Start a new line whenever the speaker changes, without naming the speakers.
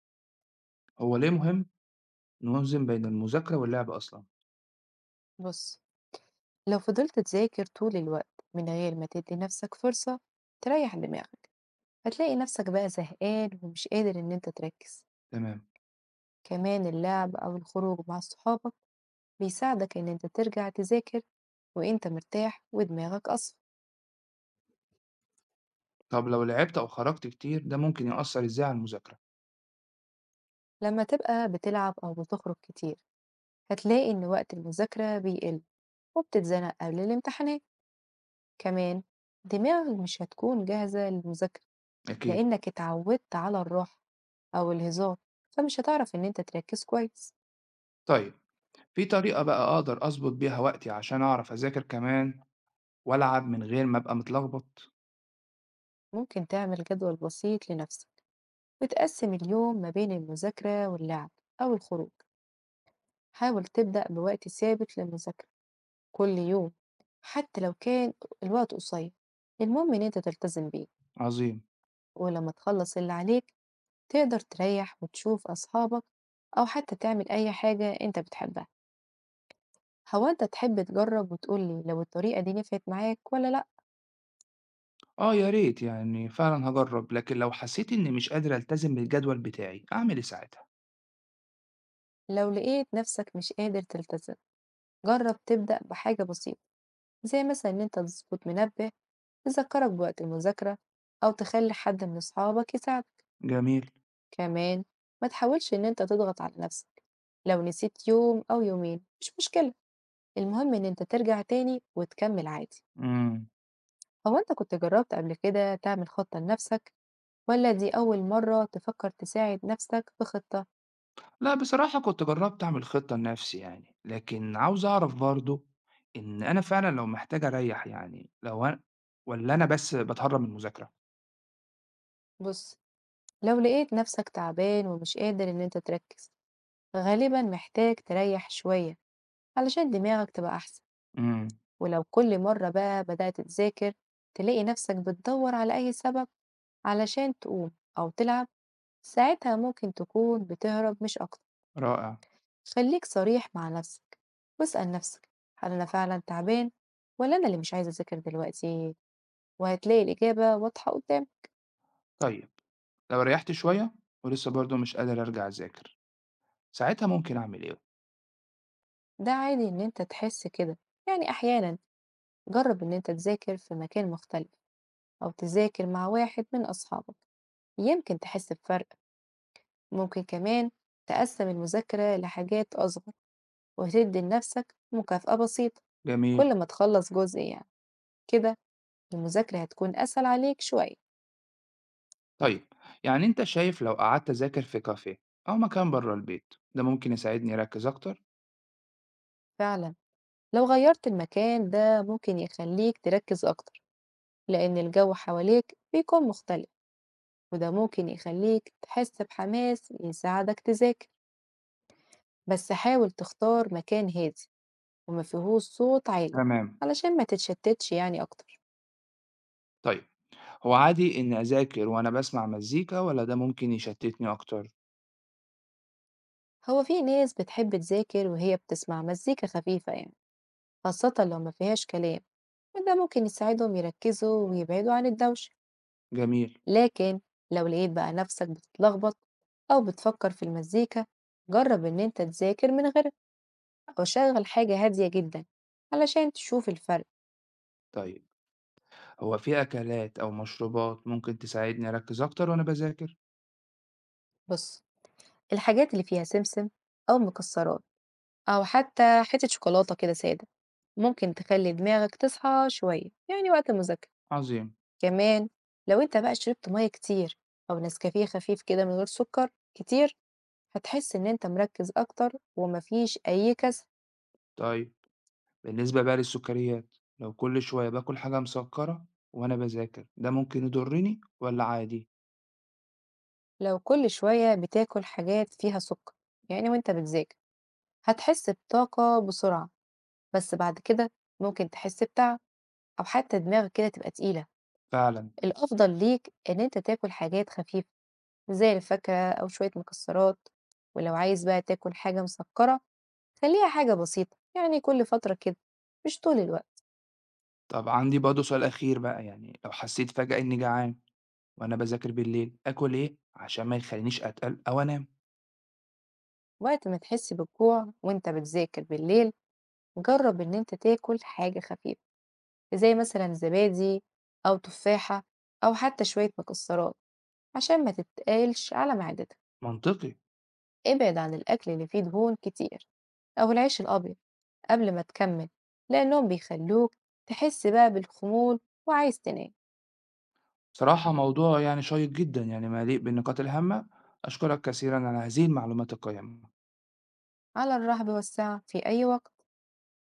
هو ليه مهم نوازن بين المذاكرة واللعب أصلا؟
بص، لو فضلت تذاكر طول الوقت من غير ما تدي نفسك فرصة تريح دماغك، هتلاقي نفسك بقى زهقان ومش قادر ان انت تركز.
تمام.
كمان اللعب او الخروج مع صحابك بيساعدك ان انت ترجع تذاكر وانت مرتاح ودماغك اصفى.
طب لو لعبت أو خرجت كتير ده ممكن يأثر إزاي على المذاكرة؟
لما تبقى بتلعب او بتخرج كتير، هتلاقي ان وقت المذاكرة بيقل وبتتزنق قبل الامتحانات. كمان دماغك مش هتكون جاهزة للمذاكرة
أكيد.
لانك اتعودت على الراحة أو الهزار، فمش هتعرف إن أنت تركز كويس.
طيب، في طريقة بقى أقدر أظبط بيها وقتي عشان أعرف أذاكر كمان وألعب من غير ما أبقى متلخبط؟
ممكن تعمل جدول بسيط لنفسك وتقسم اليوم ما بين المذاكرة واللعب أو الخروج. حاول تبدأ بوقت ثابت للمذاكرة كل يوم، حتى لو كان الوقت قصير، المهم إن أنت تلتزم بيه.
عظيم.
ولما تخلص اللي عليك، تقدر تريح وتشوف أصحابك أو حتى تعمل أي حاجة أنت بتحبها. هو أنت تحب تجرب وتقولي لو الطريقة دي نفعت معاك ولا لأ؟
آه يا ريت، يعني فعلا هجرب، لكن لو حسيت إني مش قادر ألتزم بالجدول بتاعي أعمل إيه ساعتها؟
لو لقيت نفسك مش قادر تلتزم، جرب تبدأ بحاجة بسيطة، زي مثلا إن أنت تظبط منبه يذكرك بوقت المذاكرة، أو تخلي حد من أصحابك يساعدك.
جميل.
كمان ما تحاولش إن أنت تضغط على نفسك، لو نسيت يوم أو يومين مش مشكلة، المهم إن أنت ترجع تاني وتكمل عادي.
مم.
هو أنت كنت جربت قبل كده تعمل خطة لنفسك ولا دي أول مرة تفكر تساعد نفسك بخطة؟
لأ بصراحة كنت جرّبت أعمل خطة لنفسي يعني، لكن عاوز أعرف برضه إن أنا فعلًا لو محتاج أريّح، يعني لو أن والّا أنا بس باتهرّب من المذاكرة؟
بص، لو لقيت نفسك تعبان ومش قادر إن أنت تركز، غالبا محتاج تريح شوية علشان دماغك تبقى أحسن.
إمم،
ولو كل مرة بقى بدأت تذاكر تلاقي نفسك بتدور على أي سبب علشان تقوم أو تلعب، ساعتها ممكن تكون بتهرب مش أكتر.
رائع.
خليك صريح مع نفسك واسأل نفسك، هل أنا فعلا تعبان ولا أنا اللي مش عايز أذاكر دلوقتي؟ وهتلاقي الإجابة واضحة قدام.
طيب لو ريّحت شوية ولسه برضه مش قادر أرجع أذاكر، ساعتها ممكن أعمل إيه؟
ده عادي إن أنت تحس كده يعني أحيانا. جرب إن أنت تذاكر في مكان مختلف أو تذاكر مع واحد من أصحابك، يمكن تحس بفرق. ممكن كمان تقسم المذاكرة لحاجات أصغر وهتدي لنفسك مكافأة بسيطة
جميل.
كل ما تخلص جزء يعني. كده المذاكرة هتكون أسهل عليك شوية.
طيب، يعني أنت شايف لو قعدت أذاكر في كافيه أو مكان برّه البيت، ده ممكن يساعدني أركّز أكتر؟
فعلا، لو غيرت المكان ده ممكن يخليك تركز أكتر، لأن الجو حواليك بيكون مختلف، وده ممكن يخليك تحس بحماس يساعدك تذاكر. بس حاول تختار مكان هادي وما فيهوش صوت عالي،
تمام.
علشان ما تتشتتش يعني أكتر.
طيب، هو عادي إني أذاكر وأنا باسمع مزيكا والّا ده ممكن يشتّتني أكتر؟
هو في ناس بتحب تذاكر وهي بتسمع مزيكا خفيفة يعني، خاصة لو ما فيهاش كلام، وده ممكن يساعدهم يركزوا ويبعدوا عن الدوشة.
جميل.
لكن لو لقيت بقى نفسك بتتلخبط أو بتفكر في المزيكا، جرب إن أنت تذاكر من غيرها، أو شغل حاجة هادية جدا علشان تشوف الفرق.
طيب، هو في أكلات أو مشروبات ممكن تساعدني أركز أكتر وأنا بذاكر؟
بص، الحاجات اللي فيها سمسم أو مكسرات أو حتى حتة شوكولاتة كده سادة، ممكن تخلي دماغك تصحى شوية يعني وقت المذاكرة.
عظيم.
كمان لو أنت بقى شربت مية كتير أو نسكافيه خفيف كده من غير سكر كتير، هتحس إن أنت مركز أكتر ومفيش أي كسل.
طيب، بالنسبة بقى للسكريات، لو كل شوية باكل حاجة مسكرة وأنا بذاكر ده ممكن يضرني ولا عادي؟
لو كل شوية بتاكل حاجات فيها سكر يعني وأنت بتذاكر، هتحس بطاقة بسرعة، بس بعد كده ممكن تحس بتعب أو حتى دماغك كده تبقى تقيلة.
فعلا.
الأفضل ليك إن أنت تاكل حاجات خفيفة زي الفاكهة أو شوية مكسرات، ولو عايز بقى تاكل حاجة مسكرة، خليها حاجة بسيطة يعني كل فترة كده، مش طول الوقت.
طب عندي برضه سؤال أخير بقى، يعني لو حسيت فجأة إني جعان وأنا بذاكر بالليل آكل إيه عشان ما يخلينيش أتقل أو أنام؟
وقت ما تحس بالجوع وأنت بتذاكر بالليل، جرب إن أنت تاكل حاجة خفيفة زي مثلًا زبادي أو تفاحة أو حتى شوية مكسرات، عشان ما تتقالش على معدتك.
منطقي.
ابعد عن الأكل اللي فيه دهون كتير أو العيش الأبيض قبل ما تكمل، لأنهم بيخلوك تحس بقى بالخمول وعايز تنام.
صراحة موضوع يعني شيق جدا، يعني مليء بالنقاط الهامة. أشكرك كثيرا على هذه المعلومات القيمة.
على الرحب والسعة في أي وقت.